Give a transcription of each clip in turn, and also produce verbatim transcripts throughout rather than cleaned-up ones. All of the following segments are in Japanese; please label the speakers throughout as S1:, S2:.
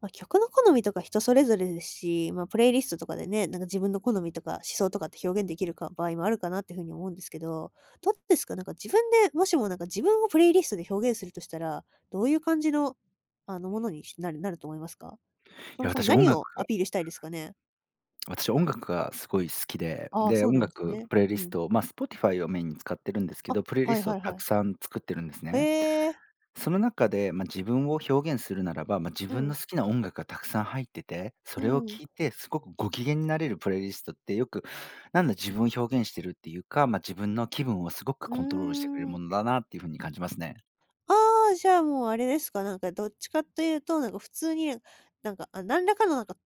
S1: まあ、曲の好みとか人それぞれですし、まあ、プレイリストとかでね、なんか自分の好みとか思想とかって表現できるか場合もあるかなっていうふうに思うんですけど、どうですか？なんか自分で、もしもなんか自分をプレイリストで表現するとしたら、どういう感じの、あの、ものにしなるなると思いますか？
S2: い
S1: そも
S2: や、
S1: そも
S2: 私音
S1: 何
S2: 楽
S1: をア
S2: が
S1: ピールしたいですかね？
S2: 私音楽がすごい好きで、
S1: ああ、
S2: で、
S1: そう
S2: 音
S1: なんです
S2: 楽、
S1: ね。
S2: プレイ
S1: う
S2: リス
S1: ん。
S2: ト、まあ、Spotify をメインに使ってるんですけ
S1: あ、
S2: ど、プレイリ
S1: はい
S2: ストを
S1: はいは
S2: たく
S1: い。
S2: さん作ってるんです
S1: へ
S2: ね。
S1: え。
S2: その中で、まあ、自分を表現するならば、まあ、自
S1: う
S2: 分の
S1: ん。
S2: 好きな音楽がたくさん入ってて、そ
S1: う
S2: れを
S1: ん。
S2: 聞いてすごくご機嫌になれるプレイリストってよく、なんだ自分を表現してるっていうか、まあ、自分の気分をすごく
S1: うー
S2: コントロールしてくれるも
S1: ん。
S2: のだなっていう風に感じますね。
S1: ああ、じゃあもうあれですか、なんかどっちかというと、なんか普通に、なんか、あ、何らかのなんか、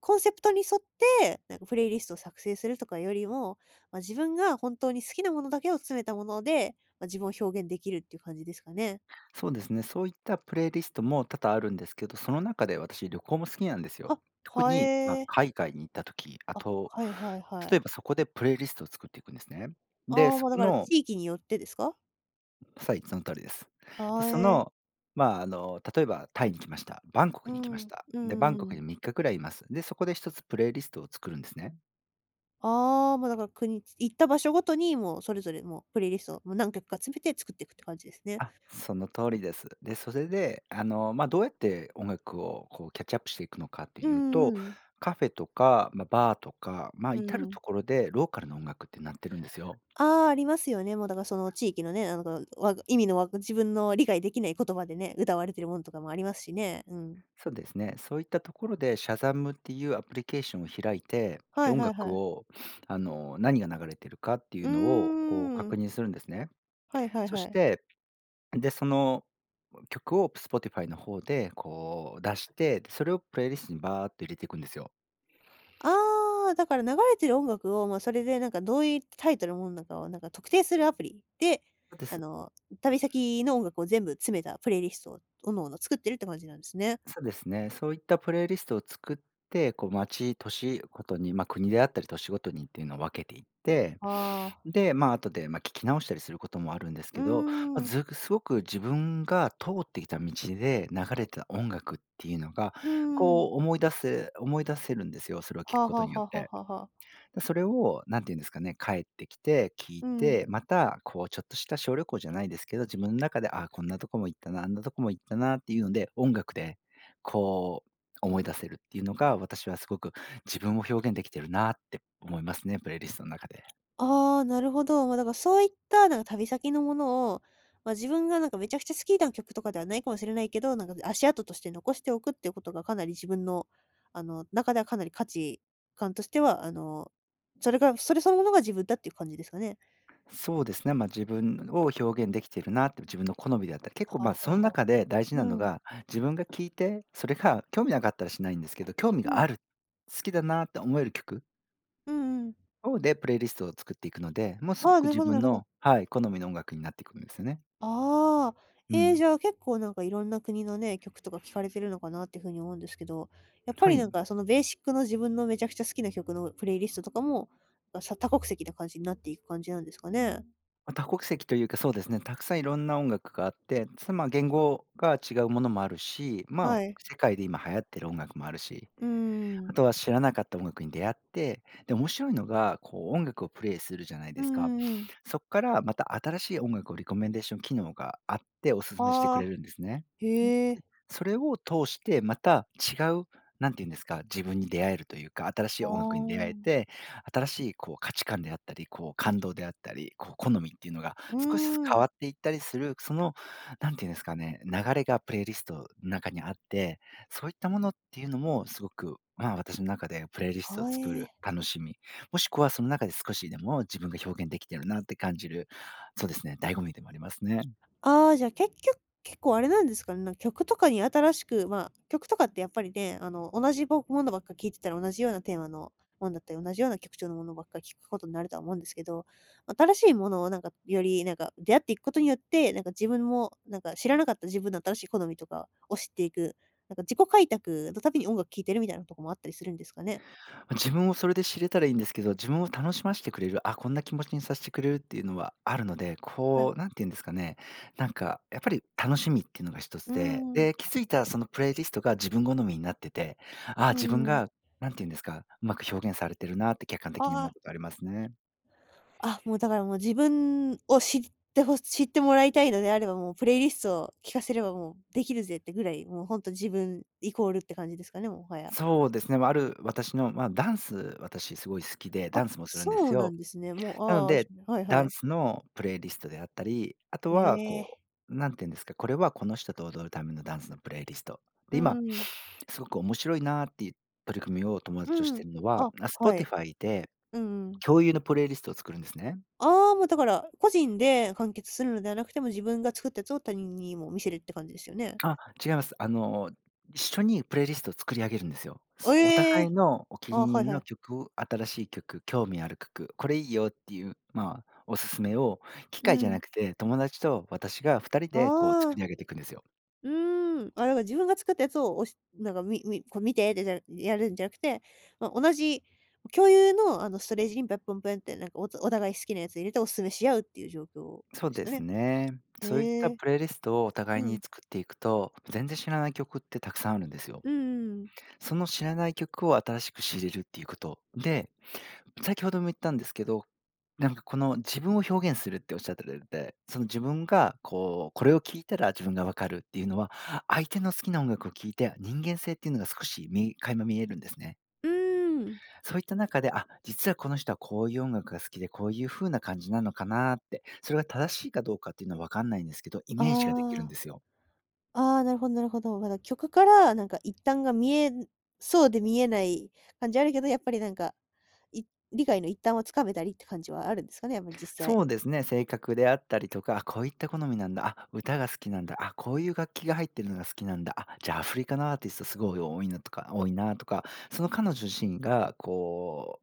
S1: コンセプトに沿って、なんかプレイリストを作成するとかよりも、ま、自分が本当に好きなものだけを詰めたもので、ま、自分を表現できるっていう感じですかね。
S2: そうですね、そういったプレイリストも多々あるんですけど、その中で私旅行も好きなんですよ。
S1: あ、
S2: 特
S1: は
S2: に、まあ、
S1: え。
S2: 海外に行った時、あ
S1: あ、
S2: と、
S1: はいはいは
S2: 例え
S1: い。
S2: ばそこでプレイリストを作っていくんですね。で、
S1: ああ、
S2: そ
S1: ま、だ
S2: こ
S1: から
S2: の
S1: 地域によってですか？
S2: はい、その通りです。で、
S1: あ、
S2: そ
S1: ええ。
S2: の、まあ、あの、例えばタイに来ました。バンコ
S1: う
S2: クに来ま
S1: ん。
S2: し
S1: うん
S2: た。で、バン
S1: う
S2: コクに
S1: ん。
S2: みっかくらいいます。で、そこで一つプレイリストを作るんですね。
S1: ああ、もうだから国行った場所ごとに、もうそれぞれもうプレイリストをもう何曲か詰めて作っていくって感じですね。
S2: あ。その通りです。で、それで、あの、ま、あどうやって音楽をこうキャッチアップしていくのかって
S1: うん
S2: いう
S1: うん
S2: と、
S1: うん。
S2: カフェとか、まあ、バーとか、ま、あ
S1: う
S2: 至る
S1: ん。
S2: ところでローカルの音楽ってなってるんですよ。
S1: ああ、ありますよね。もうだからその地域のね、なんか、わ意味のわ自分の理解できない言葉でね、歌われてるものとかもありますしね。うん。
S2: そうですね。そういったところでシャザムっていうアプリケーションを開いて、
S1: は
S2: で、
S1: い
S2: 音
S1: はいは
S2: 楽
S1: い。
S2: を、あの、何が流れてるかってい
S1: う
S2: うの
S1: ー
S2: を、こう、
S1: ん。
S2: 確認するんですね。
S1: はいはい
S2: そ
S1: は
S2: し
S1: い。
S2: て、で、その曲を Spotify の方で、こう、出して、で、それをプレイリストにバーっと入れていくんですよ。
S1: ああ、だから流れてる音楽を、まあ、それでなんかどういうタイトルのものなのかをなんか特定するアプリで、
S2: で
S1: あの、旅先の音楽を全部詰めたプレイリストを各々作ってるって感じなんですね。
S2: そうですね。そういったプレイリストを作って、こう町、年ごとに、まあ、国であったり年ごとにっていうのを分けていって、
S1: ああ。
S2: で、まあ、後で、ま、聞き直したりすることもあるんです
S1: うー
S2: けど、まあ、
S1: ん。
S2: ずすごく自分が通ってきた道で流れてた音楽っていうのが、
S1: うーん。
S2: こう思い出せ思い出せるんですよ、それを聞
S1: は
S2: く
S1: あ
S2: こ
S1: は
S2: と
S1: あ
S2: に
S1: は
S2: よ
S1: あ
S2: っ
S1: はあは
S2: て。
S1: あはあ。
S2: で、それを何て言うんですかね、帰ってきて聞い
S1: うん。
S2: て、またこうちょっとした小旅行じゃないですけど、自分の中で、ああ、こんなとこも行ったな、あんなとこも行ったなっていうので、音楽でこう思い出せるっていうのが、私はすごく自分を表現できてるなって思いますね、プレイリストの中で。
S1: ああ、なるほど。まあ、だからそういった、なんか旅先のものを、まあ、自分がなんかめちゃくちゃ好きな曲とかではないかもしれないけど、なんか足跡として残しておくっていうことがかなり自分の、あの、中ではかなり価値観としては、あの、それがそれそのものが自分だっていう感じですかね？
S2: そうですね、まあ、自分を表現できてるなって、自分の好みであったり、結構
S1: はあ
S2: まあ、
S1: は
S2: その
S1: あはあ。
S2: 中で大事
S1: う
S2: なの
S1: ん。
S2: が、自分が聞いて、それが興味なかったらしないんですけど、興味
S1: う
S2: が
S1: ん。
S2: ある、好きだなって思える曲
S1: うんうん。
S2: そうで、プレイリストを作っていくので、もうす
S1: あ
S2: ご
S1: あ、
S2: く
S1: なる
S2: 自
S1: ほどな
S2: 分
S1: るほど。
S2: のはい、好みの音楽になっていくんですよね。
S1: ああ、
S2: う
S1: えー
S2: ん。
S1: じゃあ、結構なんかいろんな国のね、曲とか聞かれてるのかなっていうふうに思うんですけど、やっぱ
S2: は
S1: りな
S2: い。
S1: んかそのベーシックの自分のめちゃくちゃ好きな曲のプレイリストとかも、なんかさ多国籍な感じになっていく感じなんですかね？
S2: ま、多国籍というか、そうですね、たくさんいろんな音楽があって、つま、言語が違うものもあるし、ま
S1: は
S2: あ、
S1: い。
S2: 世界で今流行ってる音楽もあるし、
S1: うー
S2: あ
S1: ん。
S2: とは知らなかった音楽に出会って、で、面白いのが、こう音楽をプレイするじゃない
S1: う
S2: ですか。
S1: んうんうん。
S2: そこからまた新しい音楽をリコメンデーション機能があってお勧めしてくれ
S1: ああ、
S2: るんですね。
S1: へえ。
S2: それを通して、また違う、何て言うんですか、自分に出会えるというか、新し
S1: あ
S2: い音楽に出会
S1: あ、
S2: えて、新しいこう価値観であったり、こう感動であったり、こう好みっていうのが
S1: う
S2: 少しずつ
S1: ー
S2: 変
S1: ん。
S2: わっていったりする、その何て言うんですかね、流れがプレイリストの中にあって、そういったものっていうのもすごく、まあ、私の中でプレイリストを
S1: は、
S2: 作
S1: え
S2: る
S1: ー
S2: 楽しみ、もしくはその中で少しでも自分が表現できてるなって感じる、そうですね、醍醐味でもありますね。
S1: ああ、じゃあ、結局結構あれなんですかね、なんか曲とかに新しく、まあ、曲とかってやっぱりね、あの、同じぼものばっか聴いてたら同じようなテーマのもんだったり、同じような曲調のものばっか聴くことになるとは思うんですけど、新しいものをなんか、よりなんか出会っていくことによって、なんか自分も、なんか知らなかった自分の新しい好みとかを知っていく、なんか自己開拓のために音楽聴いてるみたいなとこもあったりするんですかね？
S2: ま自分をそれで知れたらいいんですけど、自分を楽しましてくれる、あ、こんな気持ちにさせてくれるっていうのはあるので、
S1: はい。
S2: こう、なんて言うんですかね、なんかやっぱり楽しみっていうのが一つ
S1: うー
S2: で、
S1: ん。
S2: で、気づいたそのプレイリストが自分好みになってて、あ
S1: う
S2: 自
S1: ん
S2: 分
S1: うん。
S2: がなんて言うんですか、うまく表現されてるなって客観的に
S1: あ
S2: 思う
S1: あ。
S2: ことありますね。
S1: あ、もうだからもう自分を知ってほ知ってもらいたいのであれば、もうプレイリストを聞かせればもうできるぜってぐらい、もうほんと自分イコールって感じですかね、もはや。
S2: そうですね、ま、あある私の、まあ、ダンス、私すごい好きで、ダ
S1: あ、
S2: ンスもするんで
S1: そ
S2: す
S1: うな
S2: よ。
S1: んですね。もう、
S2: なの
S1: ああ、し
S2: で、
S1: はいは
S2: ダン
S1: い。
S2: スのプレイリストであったり、あとは
S1: ええ。
S2: こう、なんて言うんですか、これはこの人と踊るためのダンスのプレイリスト。で、
S1: う
S2: 今
S1: んうん。
S2: すごく面白いなっていう取り組みを友
S1: う
S2: 達として
S1: ん。
S2: るのは、
S1: あ、
S2: あ、
S1: はい。
S2: Spotify で
S1: うんうん。
S2: 共有のプレイリストを作るんですね。
S1: ああ、もうだから、個人で完結するのではなくても、自分が作ったやつを他人にも見せるって感じですよね。
S2: あ、違います。あの、一緒にプレイリストを作り上げるんですよ。すお
S1: え
S2: 互い
S1: え。
S2: のお気
S1: あ、
S2: に
S1: は
S2: 入
S1: い
S2: り
S1: は
S2: の
S1: い。
S2: 曲新しい曲、興味ある曲、これいいよっていう、まあ、おすすめを機
S1: う
S2: 械じゃ
S1: ん。
S2: なくて、友達と私がふたり
S1: あ
S2: でこう作り上
S1: あ。
S2: げていくんですよ。
S1: うーん。あ、だから自分が作ったやつを、おしなんか、みみこう見てってじゃやるんじゃなくて、まあ、同じ共有の、あの、ストレージにペッポンペンって、なんか、おお互い好きなやつ入れてお勧めし合うっていう状況
S2: そう
S1: です
S2: で
S1: か
S2: す
S1: ね。
S2: ね。そういっ
S1: へ
S2: た
S1: え。
S2: プレイリストをお互い
S1: う
S2: に
S1: ん。
S2: 作っていくと、全然知らない曲ってたくさんあるんですよ。
S1: うんうんうん
S2: その知らない曲を新しく知れるっていうこと。で、先ほども言ったんですけど、なんかこの自分を表現するっておっしゃってたその自分がこう、これを聞いたら自分がわかるっていうのは、相手の好きな音楽を聴いて、人間性っていうのが少し見垣間見えるんですね。
S1: ーん。
S2: そういった中で、あ、実はこの人はこういう音楽が好きで、こういう風な感じなのかなって、それが正しいかどうかっていうのは分かんないんですけど、イ
S1: あ
S2: メージができるんで
S1: あ。
S2: すよ。
S1: ああ、なるほどなるほど。ま、だ曲から、なんか、一端が見えそうで見えない感じあるけど、やっぱり、なんか、い理解の一端をつかめたりって感じはあるんですかね、やっぱ実際。
S2: そうですね、性格であったりとか、あ、こういった好みなんだ、あ、歌が好きなんだ、あ、こういう楽器が入ってるのが好きなんだ、あ、じゃあアフリカのアーティストすごい多いなとか多いなとか、その彼女自身がこ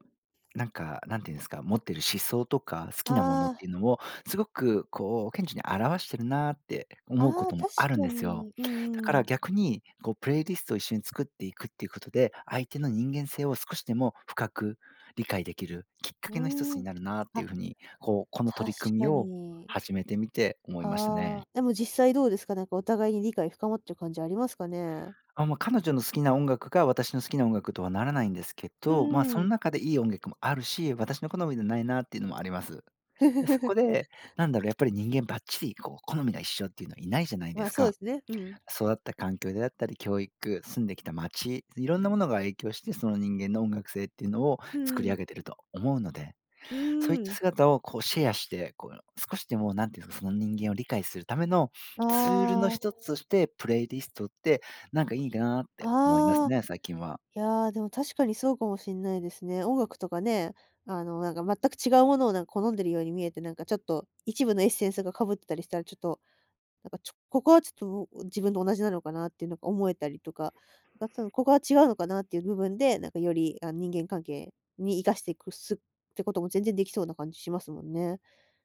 S2: なんか、なんていうんですか、持ってる思想とか、好
S1: あ
S2: きなものってい
S1: あ。
S2: うのを、すごくこう、顕著に表してるなって思うこ
S1: ああ、
S2: とも
S1: 確
S2: あるん
S1: か
S2: ですよ。
S1: に。う
S2: だか
S1: んう
S2: ら
S1: ん。
S2: 逆に、こうプレイリストを一緒に作っていくっていうことで、相手の人間性を少しでも深く理解できるきっか
S1: う
S2: けの一つ
S1: ー
S2: に
S1: ん。
S2: なるなって
S1: あ、
S2: いうふうに、こう、この取り
S1: 確
S2: 組み
S1: か
S2: を
S1: に。
S2: 始めてみて思いました
S1: あ
S2: ね。
S1: あ、でも実際どうですか？なんかお互いに理解深まってる感じありますかね？
S2: あ、まあ、彼女の好きな音楽が私の好きな音楽とはならないんですけ
S1: う
S2: ど、まあ、
S1: ん
S2: そ
S1: う
S2: の
S1: ん。
S2: 中でいい音楽もあるし、私の好みでないなっていうのもあります。で、そこ で、なんだろう、やっぱり人間ばっちりこう好みが一緒っていうのはいないじゃない
S1: ま
S2: で
S1: あ、
S2: す
S1: そうで
S2: か。
S1: すね。うん。
S2: 育った環境であったり、教育、住んできた街、いろんなものが影響して、その人間の音楽性っていうのを
S1: うん
S2: 作
S1: う
S2: り
S1: ん。
S2: 上げてると思うので。
S1: う
S2: そういっ
S1: ー
S2: た
S1: ん。
S2: 姿をこうシェアして、こう少しでも何ていうんですか、その人間を理解するための
S1: あ
S2: ツールの
S1: あ、
S2: 一つとして、プレイリストってなんかいいなって思います
S1: ああ、
S2: ね、最近は。
S1: いや、でも確かにそうかもしんないですね。音楽とかね、あの、なんか全く違うものをなんか好んでるように見えて、なんかちょっと一部のエッセンスがかぶってたりしたらちょっとなんかちょここはちょっと自分と同じなのかなっていうのが思えたりとか、なんかそのここは違うのかなっていう部分で、なんかより、あの、人間関係に生かしていくすってことも全然できそうな感じしますもんね。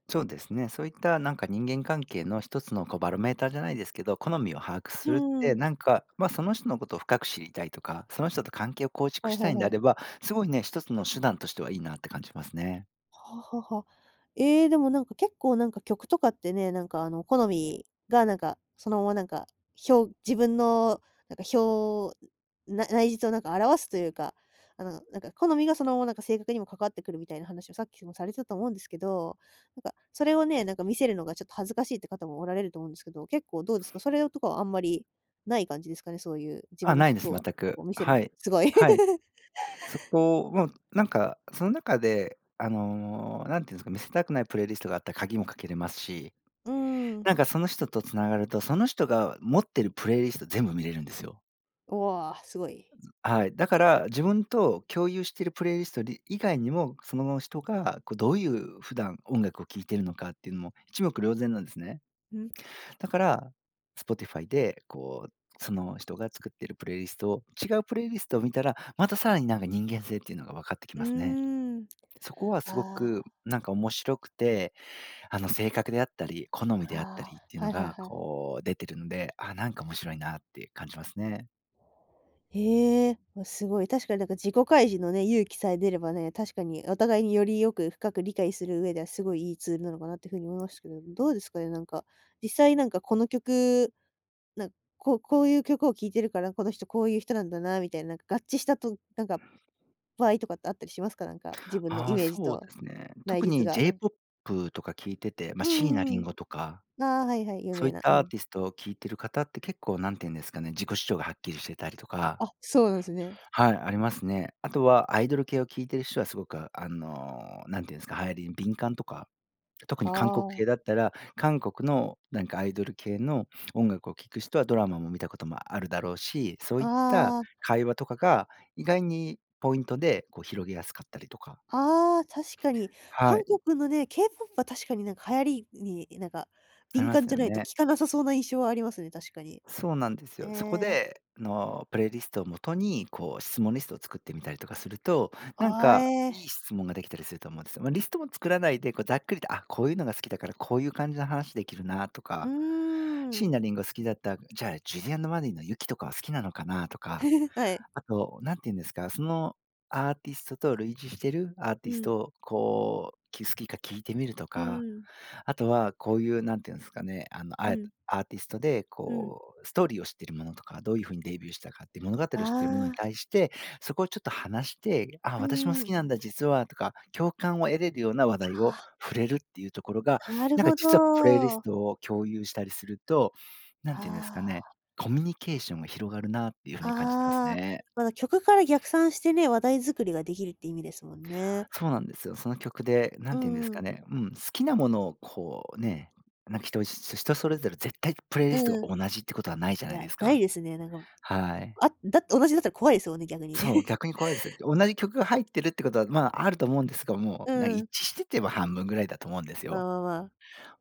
S2: そうですね、そういったなんか人間関係の一つのこうバロメーターじゃないですけど、好みを把握
S1: う
S2: するっ
S1: んう
S2: て、
S1: ん。
S2: なんか、まあ、その人のことを深く知りたいとか、その人と関係を構築
S1: はい
S2: し
S1: は
S2: た
S1: い
S2: いんで
S1: は
S2: あ
S1: い。
S2: れば、すごいね、一つの手段としてはいいなって感じますね。
S1: はあはあはあ。えーでもなんか結構なんか曲とかってね、なんかあの好みがなんか、そのままなんか、表自分のなんか表…な内実をなんか表すというか、あのなんか好みがそのままなんか性格にも関わってくるみたいな話をさっきもされてたと思うんですけど、なんかそれをね、なんか見せるのがちょっと恥ずかしいって方もおられると思うんですけど、結構どうですか？それとかはあんまりない感じですかね？そういう自
S2: あ、
S1: 分の
S2: ないです、
S1: 曲
S2: 全
S1: を
S2: く。
S1: を見せるの。
S2: はい。
S1: すごい。
S2: はい。そこをもうなんか、その中で、あの、何て言うんですか、見せたくないプレイリストがあったら鍵もかけれますし、
S1: うん。
S2: なんかその人とつながると、その人が持ってるプレイリスト全部見れるんですよ。
S1: うわあすごい。
S2: はい。だから、自分と共有しているプレイリストり以外にも、その人がこうどういう普段音楽を聴いてるのかっていうのも一目瞭然なんですね。
S1: うん、
S2: だから、Spotify でこう、その人が作ってるプレイリストを違うプレイリストを見たら、またさらになんか人間性っていうのが分かってき
S1: う
S2: ますね。
S1: ーん。
S2: そこはすごく
S1: あ
S2: なんか面白くて、あの、性格であったり、好
S1: あ、
S2: みであった
S1: あ
S2: りっていう
S1: あ、は
S2: の
S1: いはい
S2: が、
S1: はい。
S2: こう、出てるので、あ、なんか面白いなって感じますね。
S1: へえ、わ、すごい。確かになんか自己開示のね、勇気さえ出ればね、確かにお互いによりよく深く理解する上ではすごいいいツールなのかなっていうふうに思いましたけど、どうですかね、なんか、実際なんかこの曲、なんかこうこういう曲を聴いてるから、この人こういう人なんだなみたいな、なんか合致したとなんか、場合とかってあったりしますか？なんか、自分のイ
S2: ああ、
S1: メージ
S2: そう
S1: と
S2: ですね。
S1: 内
S2: 特
S1: 実
S2: に
S1: が、うん。
S2: J-ピーオーピー とか聞いてて、まあ、
S1: うん
S2: 椎名
S1: うん
S2: 林
S1: う
S2: 檎とか、
S1: ん。ああ、はいはい、有
S2: そう
S1: 名
S2: いっ
S1: な、う
S2: たアー
S1: ん。
S2: ティストを聞いてる方って結構なんていうんですかね、自己主張がはっきりしてたりとか。
S1: あ、そうなんですね。
S2: はい、ありますね。あとはアイドル系を聞いてる人はすごく、あの、んていうんですか、流行りに敏感とか。特
S1: あ
S2: に韓国系
S1: あ。
S2: だったら、韓国のなんかアイドル系の音楽を聴く人はドラマも見たこともあるだろうし、そう
S1: あ
S2: いった
S1: あ。
S2: 会話とかが意外にポイントでこう広げやすかったりとか、
S1: ああ、確かに。
S2: は
S1: 韓
S2: い、
S1: 国のね、K-ピーオーピー は確かになんか流行りに、なんか、
S2: あり
S1: 敏
S2: ま
S1: 感
S2: す
S1: じゃ
S2: よ
S1: ないと
S2: ね。
S1: 効かなさそうな印象はありますね、確かに。
S2: そうなんです
S1: え
S2: よ。そこ
S1: え、
S2: で、あの、プレイリストをもとに、こう質問リストを作ってみたりとかすると、なん
S1: あ、
S2: か
S1: え
S2: いい
S1: え、
S2: 質問ができたりすると思うんですよ。まあ、リストも作らないで、こうざっくりと、あ、こういうのが好きだから、こういう感じの話できるなと
S1: うー
S2: か。シー
S1: ん。
S2: ナリンゴ好きだった、じゃあ、ジュリアンド・マリーの雪とかは好きなのかなと か、
S1: えはい。
S2: あと、何て言うんですか、そのアーティストと類似してるアー
S1: う
S2: ティス
S1: ん、
S2: トをこう、き好きか聞いてみると
S1: う
S2: か。
S1: ん、
S2: あとは、こういうなんていうんですかね、あの、
S1: う
S2: あえ
S1: ん、
S2: アーティストで、
S1: うん。
S2: こう、ストーリーを知っているものとか、どういう風にデビューしたかっていう物語を知
S1: あ
S2: っているものに
S1: あ、
S2: 対して、そこをちょっと話して、「あ
S1: う
S2: 私も好
S1: ー
S2: きなん
S1: ん。
S2: だ、実は」とか、共感を得れるような話題を
S1: あ
S2: 触れるっていうところが、
S1: あ、なる
S2: なんか
S1: ほ
S2: 実はプレイリス
S1: ど。
S2: トを共有したりすると、なんていうんですか
S1: あ
S2: ね、
S1: あ、
S2: コミュニケーションが広がるなっていう風に感じてます
S1: ああ、
S2: ね。
S1: まだ曲から逆算してね、話題作りができるって意味ですもんね。
S2: そうなんですよ。その曲で、な
S1: う
S2: んて言うんです
S1: んう
S2: か
S1: ん、
S2: ね、うん、好きなものをこうね、なんか人人それぞれ絶対プレイリスト
S1: うん。
S2: が同じってことはないじゃ
S1: い
S2: ない
S1: や、
S2: です
S1: ない
S2: か。
S1: ですね、なんか、
S2: はい。
S1: あだ同じだったら怖いですもんね、逆に。
S2: そう、逆に怖いですよ。同じ曲が入ってるってことは、まあ、あると思うんですが、も
S1: う
S2: う、なんか一
S1: ん。
S2: 致してても半分ぐらいだと思うんです
S1: わ
S2: よ。
S1: わわ。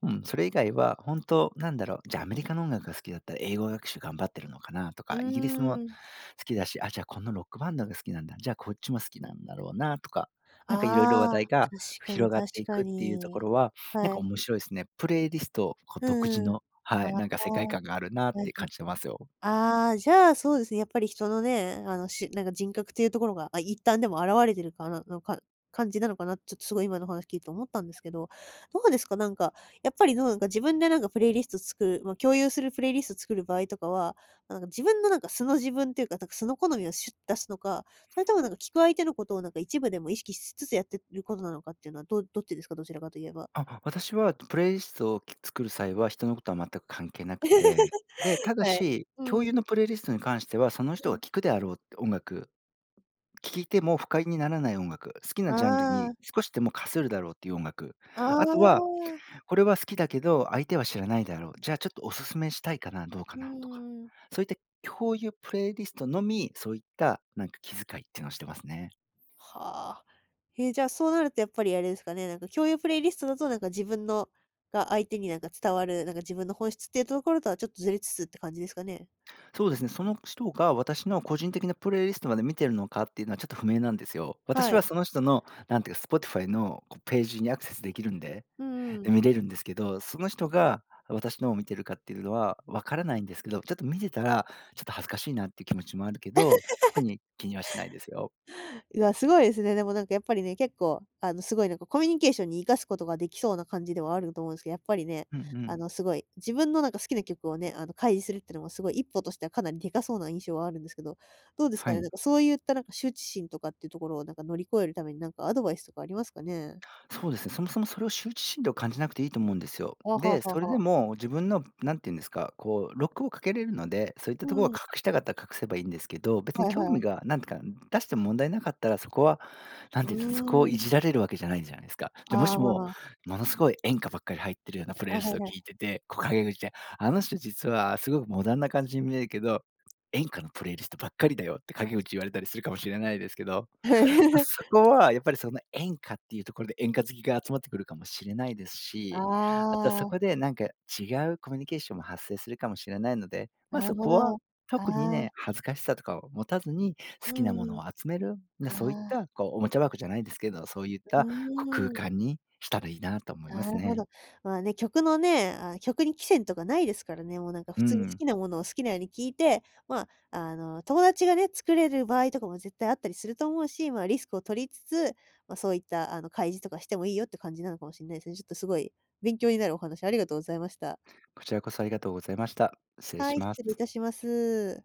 S2: うん、それ以外は本当なんだろう、じゃあアメリカの音楽が好きだったら英語学習頑張ってるのかなと
S1: う
S2: か、イギリスの
S1: ーん。
S2: 好きだし、あ、じゃあこのロックバンドが好きなんだ、じゃあこっちも好きなんだろうなとか、なんかいろいろ話
S1: あ
S2: 題
S1: あ、
S2: が
S1: 確かに
S2: 広がって
S1: 確
S2: い
S1: か
S2: くっていうとこ
S1: に。
S2: ろは、なん
S1: は
S2: か
S1: い。
S2: 面白いですね。プレイリスト、こう
S1: う
S2: 独自
S1: んうん。
S2: の、
S1: あ
S2: は
S1: あ、
S2: い、なんか世界
S1: は
S2: 観があるなって
S1: いは
S2: 感
S1: い。
S2: じてますよ。
S1: ああ、じゃあ、そうですね、やっぱり人のね、あの、しなんか人格っていうところが、あ、一旦でも現れてるかなのか感じなのかな、ちょっとすごい今の話聞いて思ったんですけど、どうですか？なんか、やっぱりどうなんか自分でなんかプレイリスト作る、ま、共有するプレイリスト作る場合とかは、なんか自分のなんか素の自分っていうか、なんか素の好みをシュッ出すのか、それともなんか聞く相手のことをなんか一部でも意識しつつやってることなのかっていうのは、どどっちですか？どちらかといえば。
S2: あ、私はプレイリストを作る際は、人のことは全く関係なくて、で、ただ
S1: はい。
S2: し、
S1: う
S2: 共
S1: ん、
S2: 有のプレイリストに関しては、その
S1: う
S2: 人が
S1: ん。
S2: 聴くであろう音楽、聴いても不快にならない音楽、好きな
S1: あ
S2: ジャンルに
S1: あ、
S2: 少しでもかするだろうっていう音楽、
S1: あ
S2: あとは
S1: あ、
S2: これは好きだけど、相手は知らないだろう。じゃあちょっとおすすめしたいかな、どうか
S1: う
S2: なとか。
S1: ん。
S2: そういった共有プレイリストのみ、そういったなんか気遣いっていうのをしてますね。
S1: はあ。え、じゃあ、そうなるとやっぱりあれですかね、なんか共有プレイリストだとなんか自分のが相手になんか伝わる、なんか自分の本質っていうところとはちょっとずれつつって感じですかね？
S2: そうですね、その人が私の個人的なプレイリストまで見てるのかっていうのはちょっと不明なんですよ。
S1: は
S2: 私は
S1: い。
S2: その人の、なんていうか、Spotify のこうページにアクセスできるんで、
S1: うんうん。
S2: で見れるんですけど、その人が私のを見てるかっていうのはわからないんですけど、ちょっと見てたら、ちょっと恥ずかしいなっていう気持ちもあるけど、特に気にはしないですよ。
S1: いや、すごいですね。でもなんかやっぱりね、結構あの、すごいなんかコミュニケーションに生かすことができそうな感じではあると思うんですけど、やっぱりね、
S2: うんう
S1: あ
S2: ん。
S1: の、すごい自分のなんか好きな曲をね、あの、開示するっていうのもすごい一歩としてはかなりでかそうな印象はあるんですけど、どうですか
S2: は
S1: ね、な
S2: い。
S1: んかそういったなんか羞恥心とかっていうところをなんか乗り越えるためになんかアドバイスとかありますかね？
S2: そうですね、そもそもそれを羞恥心と感じなくていいと思うんですよ。
S1: あ、はあは
S2: で、そ
S1: あ
S2: れ
S1: は
S2: で
S1: あ。
S2: も自分のなんていうんですか、こうロックをかけれるので、そういったところ
S1: う
S2: は
S1: ん。
S2: 隠したかったら隠せばいいんですけど、別に
S1: はい
S2: 興
S1: は
S2: 味
S1: い。
S2: がなんていうか、出しても問題なかったら、そこはな
S1: う
S2: んていうんですか、そこを
S1: ー
S2: い
S1: ん。
S2: じられるわけじゃないじゃないですか。じゃ、も
S1: あ
S2: し
S1: あ、まあ
S2: も、
S1: まあ。
S2: ものすごい演歌ばっかり入ってるようなプレ
S1: あ、
S2: イリス
S1: は
S2: ト
S1: い
S2: を
S1: はい。
S2: 聞いてて、こう陰口で、あの人実はすごくモダンな感じに見えるけど、演歌のプレイリストばっかりだよって陰口言われたりするかもしれないですけど、
S1: は
S2: ま、
S1: い。
S2: そこはやっぱりその演歌っていうところで演歌好きが集まってくるかもしれないです
S1: あ
S2: し、あとはそ
S1: あ、
S2: こでなんか違うコミュニケーションも発生するかもしれないので、ま、
S1: なる
S2: そ
S1: ほ
S2: こ
S1: ど。
S2: は
S1: あ
S2: 特に
S1: あ、
S2: ね、恥ずかしさとかを持たずに、好
S1: う
S2: きな
S1: ん
S2: も
S1: う
S2: の
S1: ん。
S2: を集める、な
S1: あ
S2: そういっ
S1: あ、
S2: たこうおもちゃ箱じゃないですけど、そういっ
S1: う
S2: たこう空
S1: ーん。
S2: 間にしたらいいなと思いま
S1: な
S2: す
S1: るほ
S2: ね。
S1: ど。まあね、曲のね、あ、曲に期限とかないですからね、もうなんか普
S2: う
S1: 通に好
S2: ん。
S1: きなものを好きなように聴いて、まあ、あの、友達がね、作れる場合とかも絶対あったりすると思うし、まあ、リスクを取りつつ、ま、そういったあの、開示とかしてもいいよって感じなのかもしんないですね。ちょっとすごい勉強になるお話ありがとうございました。
S2: こちらこそありがとうございました。失礼
S1: は
S2: し
S1: い、
S2: ます。
S1: 失礼いたします。